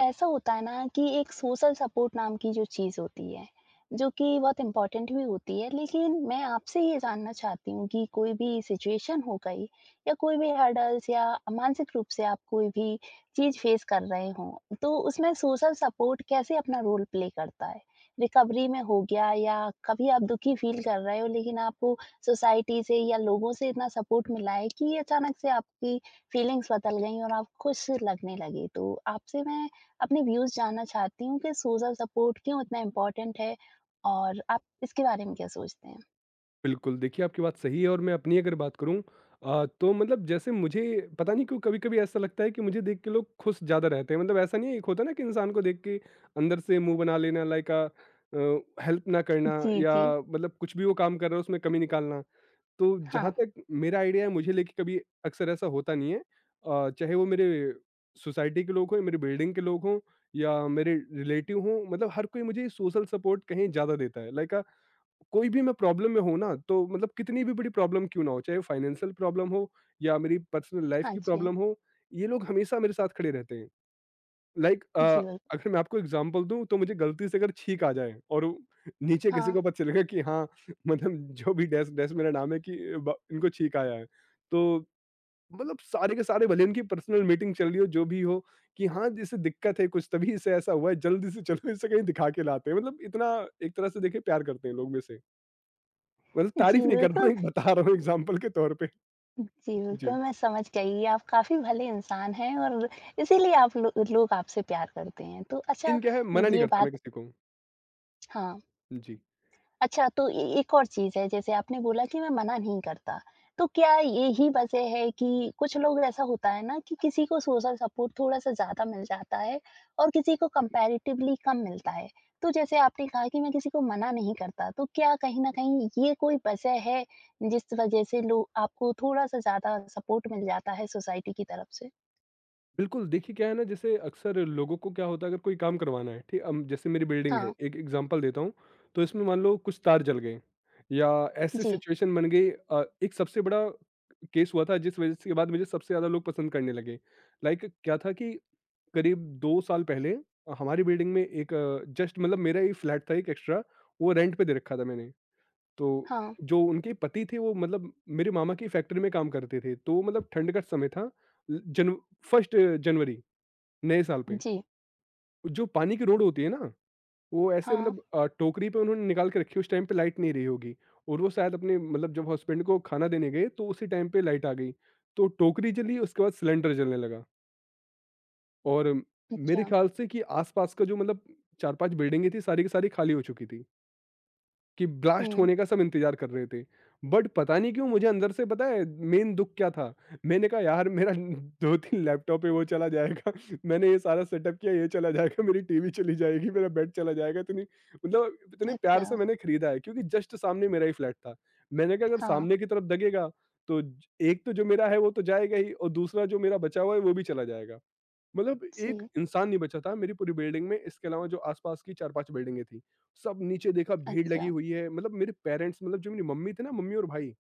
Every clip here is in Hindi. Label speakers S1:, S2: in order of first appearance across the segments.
S1: ऐसा होता है ना कि एक सोशल सपोर्ट नाम की जो चीज़ होती है, जो कि बहुत इम्पोर्टेंट भी होती है, लेकिन मैं आपसे ये जानना चाहती हूँ कि कोई भी सिचुएशन हो गई या कोई भी हर्डल्स या मानसिक रूप से आप कोई भी चीज़ फेस कर रहे हों, तो उसमें सोशल सपोर्ट कैसे अपना रोल प्ले करता है? रिकवरी में हो गया या कभी आप दुखी फ़ील कर रहे हो, लेकिन आपको सोसाइटी से या लोगों से इतना सपोर्ट मिला है कि अचानक से आपकी फीलिंग्स बदल गई और आप खुश लगने लगे। तो आपसे मैं अपने व्यूज़ जानना चाहती हूँ कि सोशल सपोर्ट क्यों इतना इम्पोर्टेंट है और आप इसके बारे में क्या सोचते हैं?
S2: बिल्कुल, देखिए आपकी बात सही है और मैं अपनी अगर बात करूँ तो मतलब जैसे मुझे पता नहीं क्यों कभी-कभी ऐसा लगता है कि मुझे देख के लोग खुश ज़्यादा रहते हैं। मतलब ऐसा नहीं है, एक होता है ना कि इंसान को देख के अंदर से मुँह बना लेना, लाइक अ, हेल्प ना करना,
S1: जी,
S2: या
S1: जी।
S2: मतलब कुछ भी वो काम कर रहा है उसमें कमी निकालना। तो
S1: हाँ।
S2: जहाँ तक मेरा आइडिया है, मुझे लेके कभी अक्सर ऐसा होता नहीं है। चाहे वो मेरे सोसाइटी के लोग हों, मेरी बिल्डिंग के लोग हों या मेरे रिलेटिव हों, मतलब हर कोई मुझे सोशल सपोर्ट कहीं ज़्यादा देता है। लाइक कोई भी, मैं प्रॉब्लम में हूँ ना, तो मतलब कितनी भी बड़ी प्रॉब्लम क्यों ना हो, चाहे वो फाइनेंशियल प्रॉब्लम हो या मेरी पर्सनल लाइफ
S1: हाँ
S2: की
S1: जी।
S2: प्रॉब्लम हो, ये लोग हमेशा मेरे साथ खड़े रहते हैं। लाइक
S1: जी, बिल्कुल।
S2: अगर मैं आपको एग्ज़ाम्पल दूँ, तो मुझे गलती से अगर छींक आ जाए और वो नीचे किसी
S1: हाँ।
S2: को पता चलेगा कि हाँ, मतलब जो भी डैश डैश मेरा नाम है कि ब इनको छींक आया है। तो मतलब सारे के सारे, भले उनकी पर्सनल मीटिंग चल रही हो, जो भी हो, कि हाँ, जैसे दिक्कत है कुछ, तभी इसे ऐसा हुआ है, जल्दी से चलो इसे कहीं दिखा के लाते हैं। मतलब इतना, एक तरह से देखिए, प्यार करते हैं लोग मेरे से। मतलब
S1: जी,
S2: तारीफ़ नहीं कर रहा
S1: बिल्कुल।
S2: हूँ, एक बता रहा हूँ एग्ज़ाम्पल के तौर पे।
S1: जी, बिल्कुल,
S2: जी,
S1: मैं समझ गई। आप काफ़ी भले इंसान हैं और इसीलिए आप लो लोग आपसे प्यार करते हैं। तो अच्छा।
S2: लेकिन क्या है, मना नहीं
S1: ये
S2: करता मैं
S1: बात।
S2: किसी को।
S1: हाँ।
S2: जी,
S1: अच्छा, तो ए एक और चीज़ है, जैसे आपने बोला कि मैं मना नहीं करता, तो क्या यही वजह है कि कुछ लोग ऐसा होता है ना कि किसी को सोशल सपोर्ट थोड़ा-सा ज़्यादा मिल जाता है और किसी को कंपैरेटिवली कम मिलता है। तो जैसे आपने कहा कि मैं किसी को मना नहीं करता, तो क्या कहीं न कहीं ये कोई वजह है, जिस वजह से लोग आपको थोड़ा-सा ज़्यादा सपोर्ट मिल जाता है सोसाइटी की तरफ से?
S2: बिल्कुल देखिए, क्या है ना, जैसे अक्सर लोगों को क्या होता है, अगर कोई काम करवाना है, ठीक जैसे मेरी बिल्डिंग है,
S1: हाँ,
S2: एक एग्ज़ाम्पल देता हूँ, तो इसमें मान लो कुछ तार जल गए या ऐसी
S1: जी।
S2: सिचुएशन बन गई। एक सबसे बड़ा केस हुआ था, जिस वजह से के बाद मुझे सबसे ज़्यादा लोग पसंद करने लगे। लाइक क्या था कि करीब 2 साल पहले हमारी बिल्डिंग में एक, जस्ट मतलब मेरा ही फ्लैट था एक एक्स्ट्रा, वो रेंट पे दे रखा था मैंने। तो
S1: हाँ,
S2: जो उनके पति थे वो मतलब मेरे मामा की फैक्ट्री में काम करते थे, तो मतलब ठंड का समय था, ल- जन फर्स्ट जनवरी, नए साल पे,
S1: जी।
S2: जो पानी की रोड होती है ना, वो ऐसे
S1: हाँ,
S2: मतलब टोकरी पे उन्होंने निकाल के रखी। उस टाइम पे लाइट नहीं रही होगी और वो शायद अपने मतलब जब हस्बैंड को खाना देने गए, तो उसी टाइम पे लाइट आ गई, तो टोकरी जली, उसके बाद सिलेंडर जलने लगा। और मेरे
S1: अच्छा।
S2: ख्याल से कि आसपास का जो मतलब चार पांच बिल्डिंगें थी, सारी की सारी खाली हो चुकी थी, कि ब्लास्ट
S1: हुँ,
S2: होने का सब इंतज़ार कर रहे थे। बट पता नहीं क्यों, मुझे अंदर से पता है, मेन दुःख क्या था? मैंने कहा यार, मेरा 2-3 लैपटॉप है, वो चला जाएगा, मैंने ये सारा सेटअप किया, ये चला जाएगा, मेरी टीवी चली जाएगी, मेरा बेड चला जाएगा, इतनी मतलब इतने
S1: अच्छा।
S2: प्यार से मैंने खरीदा है, क्योंकि जस्ट सामने मेरा ही फ्लैट था। मैंने कहा अगर
S1: हाँ,
S2: सामने की तरफ दगेगा, तो ज एक तो जो मेरा है वो तो जाएगा ही, और दूसरा जो मेरा बचा हुआ है वो भी चला जाएगा। मतलब एक
S1: जी।
S2: इंसान नहीं बचा था मेरी पूरी बिल्डिंग में, इसके अलावा जो आसपास की चार पांच बिल्डिंगें थी, सब नीचे देखा भीड़ लगी
S1: अच्छा,
S2: हुई है। मतलब मेरे पेरेंट्स, मतलब जो मेरी मम्मी थे ना, मम्मी और भाई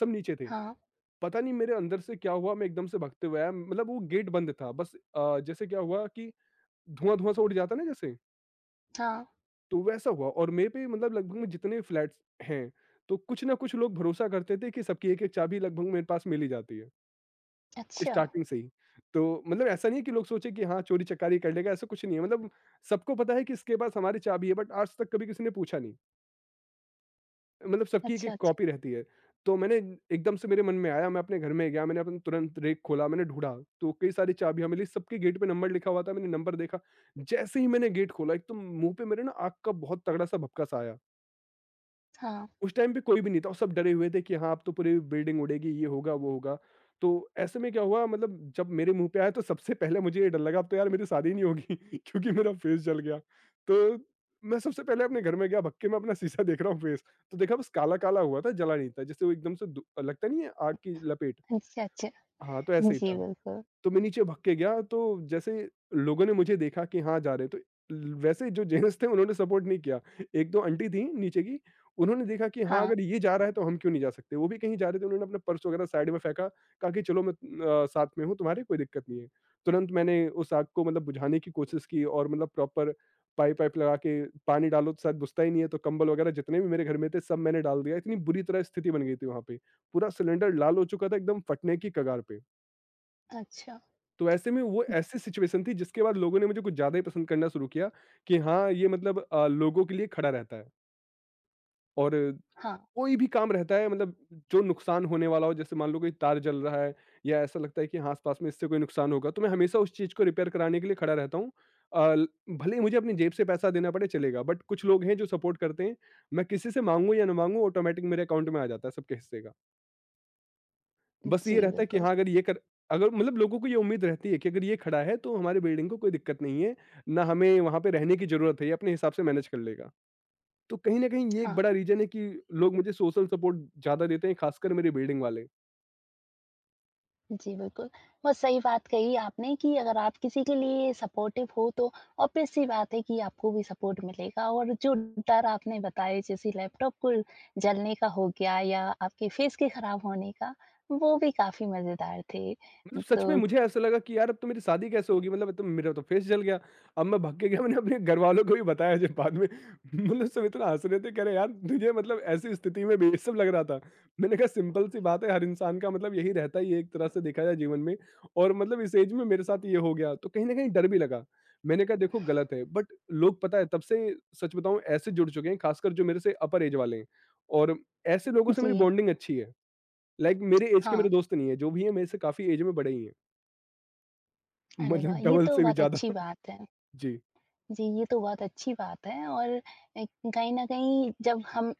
S2: सब नीचे थे।
S1: हाँ।
S2: पता नहीं मेरे अंदर से क्या हुआ, मैं एकदम से भागते हुए आया। मतलब वो गेट बंद था, बस जैसे क्या हुआ कि धुआं धुआं सा उड़ जाता ना जैसे,
S1: हाँ,
S2: तो वैसा हुआ। और मेरे पे मतलब, लगभग में जितने फ्लैट्स हैं, तो कुछ ना कुछ लोग भरोसा करते थे कि सबकी एक एक चाबी लगभग मेरे पास मिल ही जाती है,
S1: अच्छा।
S2: स्टार्टिंग से ही। तो मतलब ऐसा नहीं है कि लोग सोचे कि हाँ, चोरी-चकारी कर लेगा, ऐसा कुछ नहीं है। मतलब सबको पता है कि इसके पास हमारी चाबी है, बट आज तक कभी किसी ने पूछा नहीं। मतलब सबकी
S1: अच्छा,
S2: एक-एक
S1: अच्छा।
S2: कॉपी रहती है। तो मैंने, एकदम से मेरे मन में आया, मैं अपने घर में गया, मैंने अपन तुरंत रैक खोला, मैंने ढूँढा, तो कई सारी चाबियाँ मिली, सबके गेट पे नंबर लिखा हुआ था, मैंने नंबर देखा। जैसे ही मैंने गेट खोला, एकदम मुँह पे मेरे ना आग का बहुत तगड़ा-सा भपका-सा आया।
S1: हाँ,
S2: उस टाइम पे कोई भी नहीं था, और सब डरे हुए थे कि हाँ अब तो पूरी बिल्डिंग उड़ेगी, ये होगा वो होगा। तो ऐसे में क्या हुआ, मतलब जब मेरे मुंह पे आया, तो सबसे पहले मुझे ये डर लगा, अब तो यार मेरी शादी नहीं होगी, क्योंकि मेरा फेस जल गया। तो मैं सबसे पहले अपने घर में गया, भक्के में अपना शीशा देख रहा हूँ, फेस तो देखा, बस काला काला हुआ था, जला नहीं था। जैसे वो एकदम से लगता नहीं है आग की लपेट,
S1: अच्छा, अच्छा।
S2: हाँ तो ऐसे ही
S1: जी,
S2: था।
S1: बिल्कुल।
S2: तो मैं नीचे भाग के गया, तो जैसे लोगों ने मुझे देखा कि हाँ जा रहे, तो वैसे जो जेंट्स थे उन्होंने सपोर्ट नहीं किया। एक दो आंटी थी नीचे की, उन्होंने देखा कि हाँ
S1: हाँ,
S2: अगर ये जा रहा है, तो हम क्यों नहीं जा सकते, वो भी कहीं जा रहे थे, उन्होंने अपना पर्स वगैरह साइड में फेंका, कहा कि चलो मैं साथ में हूँ तुम्हारे, कोई दिक्कत नहीं है। तुरंत मैंने उस आग को मतलब बुझाने की कोशिश की, और मतलब प्रॉपर पाइप पाइप लगा के पानी डालो तो शायद बुझता ही नहीं है, तो कंबल वगैरह जितने भी मेरे घर में थे, सब मैंने डाल दिया। इतनी बुरी तरह स्थिति बन गई थी वहां पे, पूरा सिलेंडर लाल हो चुका था, एकदम फटने की कगार पे।
S1: अच्छा।
S2: तो ऐसे में वो ऐसी सिचुएशन थी, जिसके बाद लोगों ने मुझे कुछ ज़्यादा ही पसंद करना शुरू किया, कि हाँ, ये मतलब लोगों के लिए खड़ा रहता है। और
S1: हाँ,
S2: कोई भी काम रहता है मतलब, जो नुकसान होने वाला हो, जैसे मान लो कोई तार जल रहा है, या ऐसा लगता है कि हाँ, आस-पास में इससे कोई नुकसान होगा, तो मैं हमेशा उस चीज़ को रिपेयर कराने के लिए खड़ा रहता हूँ। अ, ल भले ही मुझे अपनी जेब से पैसा देना पड़े, चलेगा, बट कुछ लोग हैं जो सपोर्ट करते हैं। मैं किसी से माँगूँ या ना माँगूँ, ऑटोमैटिक मेरे अकाउंट में आ जाता है सबके हिस्से का। बस
S1: जी,
S2: ये रहता है कि
S1: बिल्कुल।
S2: हाँ, अगर मतलब लोगों को ये उम्मीद रहती है कि अगर ये खड़ा है तो हमारे बिल्डिंग को कोई दिक्कत नहीं है, ना हमें वहाँ पे रहने की ज़रूरत है, ये अपने हिसाब से मैनेज कर लेगा। तो कहीं न कहीं ये एक
S1: हाँ,
S2: बड़ा रीज़न है कि लोग मुझे सोशल सपोर्ट ज़्यादा देते हैं, खासकर मेरी बिल्डिंग वाले।
S1: जी, बिल्कुल। बहुत सही बात कही आपने कि अगर आप किसी के लिए सपोर्टिव हो तो ऑब्वियस-सी बात है कि आपको भी सपोर्ट मिलेगा, और जो डर आपने बताए, जैसे लैपटॉप को जलने का हो गया या आपके फेस के खराब होने का, वो भी काफ़ी मज़ेदार थे।
S2: मतलब सच
S1: तो
S2: में मुझे ऐसा लगा कि यार अब तो मेरी शादी कैसे होगी, मतलब तो मेरा तो फेस जल गया। अब मैं भग के गया, मैंने अपने घर वालों को भी बताया जब बाद में, मतलब सब इतना हंस रहे थे, कह रहे यार तुझे मतलब ऐसी स्थिति में भी ये सब लग रहा था। मैंने कहा सिंपल सी बात है, हर इंसान का मतलब यही रहता ही है, एक तरह से देखा जाए, जीवन में। और मतलब इस एज में मेरे साथ ये हो गया, तो कहीं ना कहीं डर भी लगा। मैंने कहा देखो गलत है, बट लोग पता है तब से, सच बताऊं, ऐसे जुड़ चुके हैं, खासकर जो मेरे से अपर एज वाले हैं। और ऐसे लोगों से मेरी
S1: जी,
S2: बॉन्डिंग अच्छी है। लाइक मेरे एज के
S1: हाँ।
S2: मेरे दोस्त नहीं है, जो भी है मेरे से काफी एज में बड़े ही हैं,
S1: अरे
S2: मतलब
S1: वाह! ये
S2: डबल
S1: तो
S2: से भी
S1: बहुत
S2: ज़्यादा।
S1: अच्छी बात है।
S2: जी,
S1: जी, ये तो बहुत अच्छी बात है। और अ, कहीं न कहीं जब हम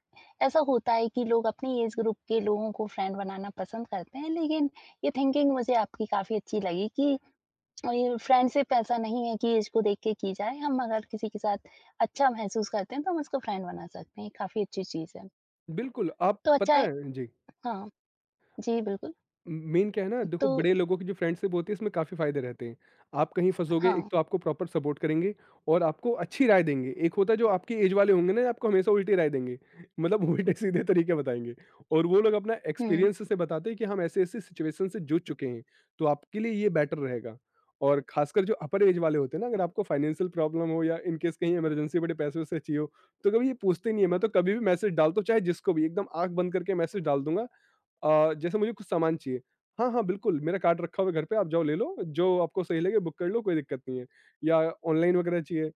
S1: ऐसा होता है कि लोग अपनी एज ग्रुप के लोगों को फ्रेंड बनाना पसंद करते हैं, लेकिन ये थिंकिंग मुझे आपकी काफ़ी अच्छी लगी कि ये फ्रेंडशिप ऐसा नहीं है कि एज को देख के की जाए, हम अगर किसी के साथ अच्छा महसूस करते हैं, तो हम उसको फ्रेंड बना सकते हैं, ये काफ़ी अच्छी चीज़ है।
S2: बिल्कुल, आप
S1: तो अच्छा
S2: पता
S1: है।
S2: है जी।
S1: हाँ, जी बिल्कुल।
S2: मेन क्या है ना, देखो
S1: तो
S2: बड़े लोगों की जो फ्रेंडशिप होती है, इसमें काफ़ी फ़ायदे रहते हैं। आप कहीं फँसोगे, एक
S1: हाँ,
S2: तो आपको प्रॉपर सपोर्ट करेंगे और आपको अच्छी राय देंगे। एक होता है जो आपकी एज वाले होंगे ना, आपको हमेशा उल्टी राय देंगे। मतलब उल्टे-सीधे तरीके बताएँगे। और वो लोग अपना
S1: हुँ,
S2: एक्सपीरियंस से बताते हैं कि हम ऐसे-ऐसे सिचुएशन से जूझ चुके हैं, तो आपके लिए ये बेटर रहेगा। और ख़ासकर जो अपर एज वाले होते हैं ना, अगर आपको फाइनेंशियल प्रॉब्लम हो या इन केस कहीं इमरजेंसी बड़े पैसे-वैसे चाहिए हो, तो कभी ये पूछते नहीं है। मैं तो कभी भी मैसेज डालता हूँ, चाहे जिसको भी, एकदम आँख बंद करके मैसेज डाल दूँगा जैसे मुझे कुछ सामान चाहिए, हाँ, हाँ, बिल्कुल, मेरा कार्ट रखा हुआ है घर पे, आप जाओ ले लो, जो आपको सही लगे बुक कर लो, कोई दिक्कत नहीं है। या ऑनलाइन वगैरह चाहिए,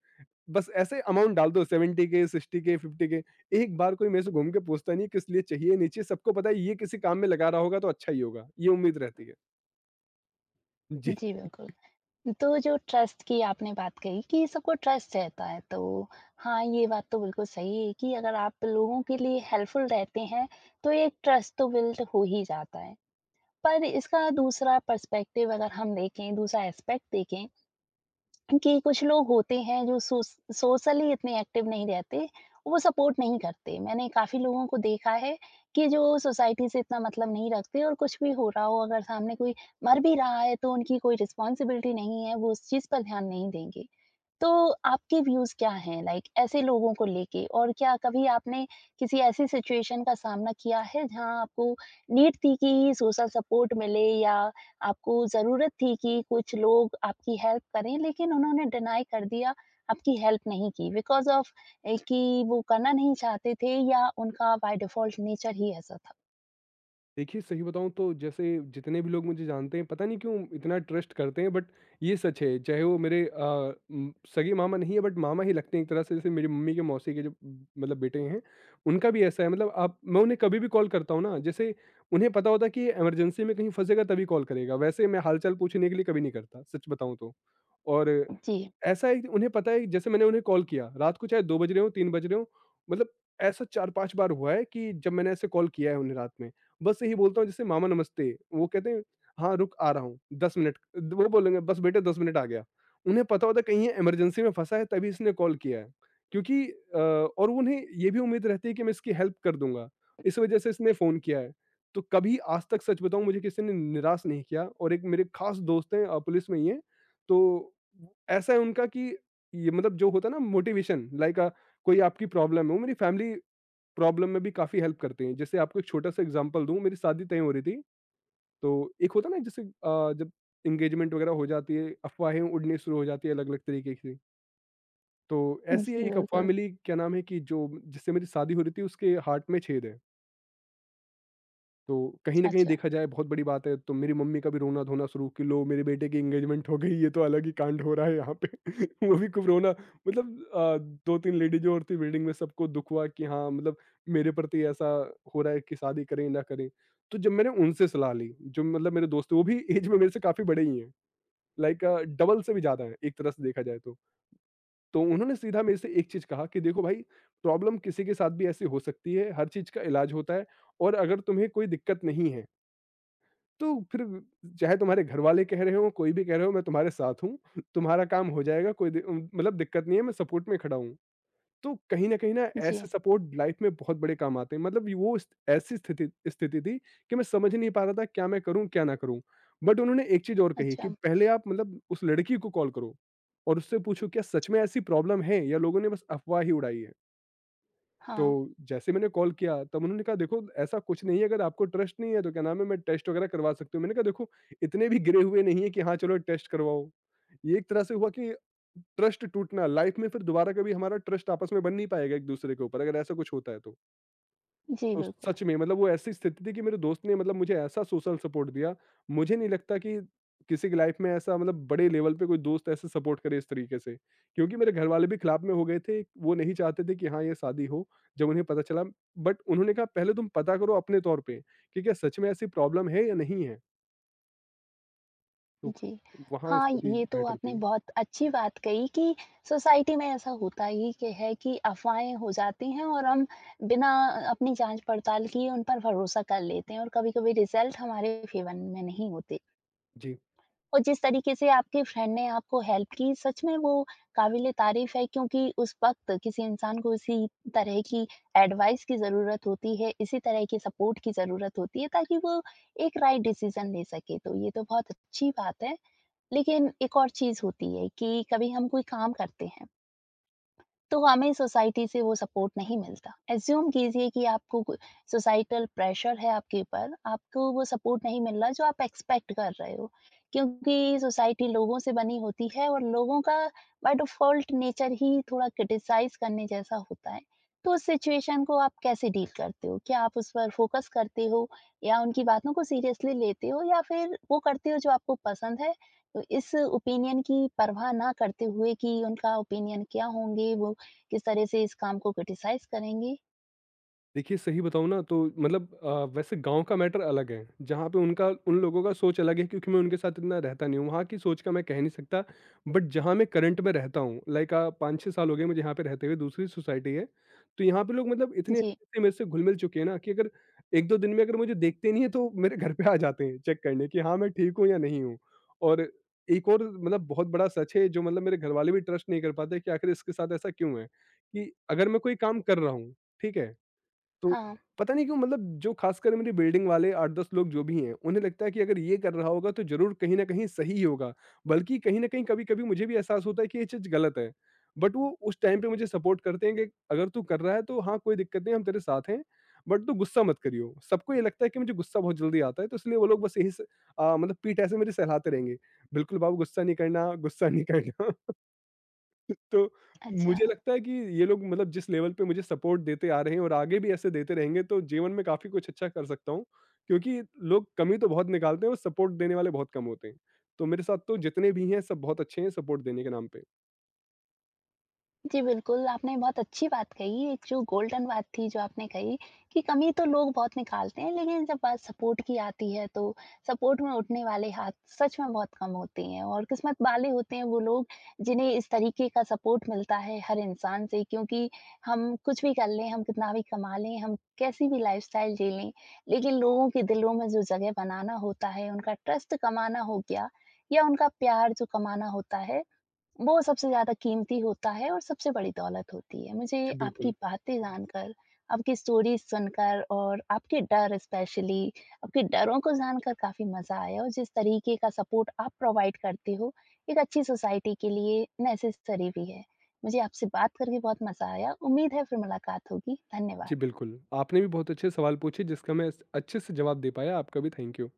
S2: बस ऐसे अमाउंट डाल दो, 70 के, 60 के, 50 के। एक बार कोई मेरे से घूम के पूछता नहीं है, किस लिए चाहिए, नहीं चाहिए, सबको पता है ये किसी काम में लगा रहा होगा तो अच्छा ही होगा, ये उम्मीद रहती है। जी।
S1: जी बिल्कुल। तो जो ट्रस्ट की आपने बात कही कि सबको ट्रस्ट रहता है, तो हाँ, ये बात तो बिल्कुल सही है कि अगर आप लोगों के लिए हेल्पफुल रहते हैं तो एक ट्रस्ट तो बिल्ड हो ही जाता है। पर इसका दूसरा पर्सपेक्टिव अगर हम देखें, दूसरा एस्पेक्ट देखें कि कुछ लोग होते हैं जो सोस सोशली इतने एक्टिव नहीं रहते, वो सपोर्ट नहीं करते। मैंने काफ़ी लोगों को देखा है कि जो सोसाइटी से इतना मतलब नहीं रखते और कुछ भी हो रहा हो, अगर सामने कोई मर भी रहा है, तो उनकी कोई रिस्पॉन्सिबिलिटी नहीं है, वो उस चीज़ पर ध्यान नहीं देंगे। तो आपके व्यूज क्या हैं, लाइक ऐसे लोगों को लेके? और क्या कभी आपने किसी ऐसी सिचुएशन का सामना किया है जहां आपको नीड थी कि सोशल सपोर्ट मिले, या आपको जरूरत थी कि कुछ लोग आपकी हेल्प करें लेकिन उन्होंने डिनाई कर दिया, आपकी हेल्प नहीं की, बिकॉज ऑफ कि वो करना नहीं चाहते थे या उनका बाय डिफॉल्ट नेचर ही ऐसा था?
S2: देखिए, सही बताऊँ तो जैसे जितने भी लोग मुझे जानते हैं, पता नहीं क्यों इतना ट्रस्ट करते हैं बट ये सच है। चाहे वो मेरे सगे मामा नहीं है बट मामा ही लगते हैं एक तरह से, जैसे मेरी मम्मी के मौसी के जो मतलब बेटे हैं, उनका भी ऐसा है। मतलब आप मैं उन्हें कभी भी कॉल करता हूँ ना, जैसे उन्हें पता होता है कि ये इमरजेंसी में कहीं फँसेगा तभी कॉल करेगा। वैसे मैं हाल-चाल पूछने के लिए कभी नहीं करता, सच बताऊँ तो। और
S1: जी।
S2: ऐसा है कि उन्हें पता है कि जैसे मैंने उन्हें कॉल किया, रात को चाहे 2 बज रहे हों, 3 बज रहे हों, मतलब ऐसा 4-5 बार हुआ है कि जब मैंने ऐसे कॉल किया है उन्हें रात में। बस यही बोलता हूँ जैसे, मामा नमस्ते, वो कहते हैं हाँ, रुक आ रहा हूँ 10 मिनट, वो बोलेंगे बस बेटे 10 मिनट आ गया। उन्हें पता होता है कहीं ये इमरजेंसी में फँसा है तभी इसने कॉल किया है। क्योंकि अ, और उन्हें ये भी उम्मीद रहती है कि मैं इसकी हेल्प कर दूँगा, इस वजह से इसने फ़ोन किया है। तो कभी आज तक, सच बताऊँ, मुझे किसी ने निराश नहीं किया। और एक मेरे खास दोस्त हैं पुलिस में ही हैं, तो ऐसा है उनका कि ये मतलब जो होता है ना, मोटिवेशन लाइक, कोई आपकी प्रॉब्लम है वो मेरी फैमिली प्रॉब्लम में भी काफ़ी हेल्प करते हैं। जैसे आपको एक छोटा-सा एग्जांपल दूँ, मेरी शादी तय हो रही थी, तो एक होता है ना जैसे जब एंगेजमेंट वगैरह हो जाती है, अफ़वाहें उड़नी शुरू हो जाती है अलग-अलग तरीके की। तो ऐसी
S1: जी,
S2: ही एक अफ़वाह
S1: बिल्कुल।
S2: मिली, क्या नाम है, कि जो जिससे मेरी शादी हो रही थी उसके हार्ट में छेद है। तो कहीं न कहीं
S1: अच्छा।
S2: देखा जाए बहुत बड़ी बात है, तो मेरी मम्मी का भी रोना-धोना शुरू कि लो, मेरे बेटे की एंगेजमेंट हो गई, ये तो अलग ही कांड हो रहा है यहाँ पे। वो भी खूब रोना, मतलब 2-3 लेडीज़ें और थी बिल्डिंग में, सबको दुःख हुआ कि हाँ, मतलब मेरे प्रति ऐसा हो रहा है कि शादी करें ना करें। तो जब मैंने उनसे सलाह ली, जो मतलब मेरे दोस्त हैं, वो भी एज में मेरे से काफ़ी बड़े ही हैं, लाइक डबल से भी ज़्यादा हैं, एक तरह से देखा जाए तो। तो उन्होंने सीधा मेरे से एक चीज़ कहा कि देखो भाई, प्रॉब्लम किसी के साथ भी ऐसी हो सकती है, हर चीज़ का इलाज होता है। और अगर तुम्हें कोई दिक्कत नहीं है, तो फिर चाहे तुम्हारे घरवाले कह रहे हों, कोई भी कह रहे हो, मैं तुम्हारे साथ हूँ, तुम्हारा काम हो जाएगा, कोई मतलब दिक्कत नहीं है, मैं सपोर्ट में खड़ा हूँ। तो कहीं न कहीं ना, ऐसे
S1: जी।
S2: सपोर्ट लाइफ में बहुत बड़े काम आते हैं। मतलब ये वो स ऐसी स्थिति स्थिति थी कि मैं समझ नहीं पा रहा था, क्या मैं करूँ, क्या ना करूँ? बट उन्होंने एक चीज़ और कही
S1: अच्छा।
S2: कि पहले आप मतलब उस लड़की को कॉल करो और उससे पूछो, क्या सच में ऐसी प्रॉब्लम है या लोगों ने बस अफ़वाह ही उड़ाई है? तो
S1: हाँ।
S2: जैसे मैंने कॉल किया, तब उन्होंने कहा, देखो ऐसा कुछ नहीं है, अगर आपको ट्रस्ट नहीं है तो क्या नाम है, मैं टेस्ट वगैरह करवा सकती हूँ। मैंने कहा, देखो इतने भी गिरे हुए नहीं है कि हाँ, चलो टेस्ट करवाओ। ये एक तरह से हुआ कि ट्रस्ट टूटना लाइफ में, फिर दोबारा कभी हमारा ट्रस्ट आपस में बन नहीं पाएगा एक दूसरे के ऊपर, अगर ऐसा कुछ होता है तो।
S1: जी,
S2: तो
S1: बिल्कुल।
S2: सच में, मतलब वो ऐसी स्थिति थी कि मेरे दोस्त ने मतलब मुझे ऐसा सोशल सपोर्ट दिया, मुझे नहीं लगता कि किसी की लाइफ में ऐसा, मतलब बड़े लेवल पे कोई दोस्त ऐसे सपोर्ट करे इस तरीके से। क्योंकि मेरे घरवाले भी खिलाफ में हो गए थे, वो नहीं चाहते थे कि हाँ, ये शादी हो, जब उन्हें पता चला। बट उन्होंने कहा पहले तुम पता करो अपने तौर पे, कि क्या सच में ऐसी प्रॉब्लम है या नहीं है? तो
S1: जी।
S2: वहाँ
S1: हाँ,
S2: स्थिति
S1: ये तो
S2: बेटर
S1: आपने
S2: थी।
S1: बहुत अच्छी बात कही कि सोसाइटी में ऐसा होता ही कि है कि अफ़वाहें हो जाती हैं और हम बिना अपनी जाँच-पड़ताल किए उन पर भरोसा कर लेते हैं, और कभी-कभी रिज़ल्ट हमारे फ़ेवर में नहीं होते।
S2: जी।
S1: और जिस तरीके से आपके फ्रेंड ने आपको हेल्प की, सच में वो काबिल-ए-तारीफ़ है, क्योंकि उस वक़्त किसी इंसान को इसी तरह की एडवाइस की ज़रूरत होती है, इसी तरह की सपोर्ट की ज़रूरत होती है, ताकि वो एक राइट डिसीज़न ले सके। तो ये तो बहुत अच्छी बात है। लेकिन एक और चीज़ होती है कि कभी हम कोई काम करते हैं तो हमें सोसाइटी से वो सपोर्ट नहीं मिलता। एज़्यूम कीजिए कि आपको को सोसाइटल प्रेशर है आपके ऊपर, आपको वो सपोर्ट नहीं मिल रहा जो आप एक्सपेक्ट कर रहे हो। क्योंकि सोसाइटी लोगों से बनी होती है और लोगों का बाय डिफ़ॉल्ट नेचर ही थोड़ा क्रिटिसाइज़ करने जैसा होता है। तो उस सिचुएशन को आप कैसे डील करते हो? क्या आप उस पर फ़ोकस करते हो या उनकी बातों को सीरियसली लेते हो, या फिर वो करते हो जो आपको पसंद है? तो इस ओपिनियन की परवाह ना करते हुए कि उनका ओपिनियन क्या होंगे, वो किस तरह से इस काम को क्रिटिसाइज़ करेंगी?
S2: देखिए, सही बताऊँ ना तो मतलब वैसे गाँव का मैटर अलग है, जहाँ पे उनका उन लोगों का सोच अलग है, क्योंकि मैं उनके साथ इतना रहता नहीं हूँ, वहाँ की सोच का मैं कह नहीं सकता। बट जहाँ मैं करंट में रहता हूँ, लाइक 5-6 साल हो गए मुझे यहाँ पे रहते हुए, दूसरी सोसाइटी है। तो यहाँ पे लोग मतलब इतने
S1: जी।
S2: अच्छे से मेरे से घुल-मिल चुके हैं ना कि अगर 1-2 दिन में अगर मुझे देखते नहीं है, तो मेरे घर पे आ जाते हैं चेक करने कि हाँ, मैं ठीक हूँ या नहीं हूँ। और एक और मतलब बहुत बड़ा सच है, जो मतलब मेरे घरवाले भी ट्रस्ट नहीं कर पाते कि आखिर इसके साथ ऐसा क्यों है, कि अगर मैं कोई काम कर रहा हूँ, ठीक है? तो
S1: हाँ,
S2: पता नहीं क्यों, मतलब जो खासकर मेरी बिल्डिंग वाले 8-10 लोग जो भी हैं, उन्हें लगता है कि अगर ये कर रहा होगा तो ज़रूर कहीं न कहीं सही ही होगा। बल्कि कहीं न कहीं कभी-कभी मुझे भी एहसास होता है कि ये चीज़ गलत है। बट वो उस टाइम पे मुझे सपोर्ट करते हैं कि अगर तू कर रहा है तो हाँ, कोई दिक्कत नहीं, हम तेरे साथ हैं, बट तू गुस्सा मत करियो। सबको ये लगता है कि मुझे गुस्सा बहुत जल्दी आता है, तो इसलिए वो लोग बस यही मतलब पीठ ऐसे मेरी सहलाते रहेंगे। बिल्कुल बाबू, गुस्सा नहीं करना, गुस्सा नहीं करना। तो
S1: अच्छा।
S2: मुझे लगता है कि ये लोग मतलब जिस लेवल पे मुझे सपोर्ट देते आ रहे हैं और आगे भी ऐसे देते रहेंगे, तो जीवन में काफ़ी कुछ अच्छा कर सकता हूँ। क्योंकि लोग कमी तो बहुत निकालते हैं और सपोर्ट देने वाले बहुत कम होते हैं। तो मेरे साथ तो जितने भी हैं सब बहुत अच्छे हैं सपोर्ट देने के नाम पे।
S1: जी, बिल्कुल, आपने बहुत अच्छी बात कही। एक जो गोल्डन बात थी जो आपने कही कि कमी तो लोग बहुत निकालते हैं, लेकिन जब बात सपोर्ट की आती है तो सपोर्ट में उठने वाले हाथ सच में बहुत कम होते हैं, और किस्मत वाले होते हैं वो लोग जिन्हें इस तरीके का सपोर्ट मिलता है हर इंसान से। क्योंकि हम कुछ भी कर लें, हम कितना भी कमा लें, हम कैसी भी लाइफ़स्टाइल जी लें, लेकिन लोगों के दिलों में जो जगह बनाना होता है, उनका ट्रस्ट कमाना हो गया या उनका प्यार जो कमाना होता है, वो सबसे ज़्यादा कीमती होता है और सबसे बड़ी दौलत होती है। मुझे
S2: जी,
S1: आपकी
S2: बिल्कुल।
S1: बातें जानकर, आपकी स्टोरीज़ सुनकर और आपके डर स्पेशली, आपके डरों को जानकर काफ़ी मज़ा आया। और जिस तरीके का सपोर्ट आप प्रोवाइड करते हो, एक अच्छी सोसाइटी के लिए नेसेसरी भी है। मुझे आपसे बात करके बहुत मज़ा आया। उम्मीद है फिर मुलाकात होगी।
S2: जी,
S1: धन्यवाद।
S2: बिल्कुल। आपने भी बहुत अच्छे सवाल पूछे जिसका मैं स अच्छे से जवाब दे पाया, आपका भी थैंक यू।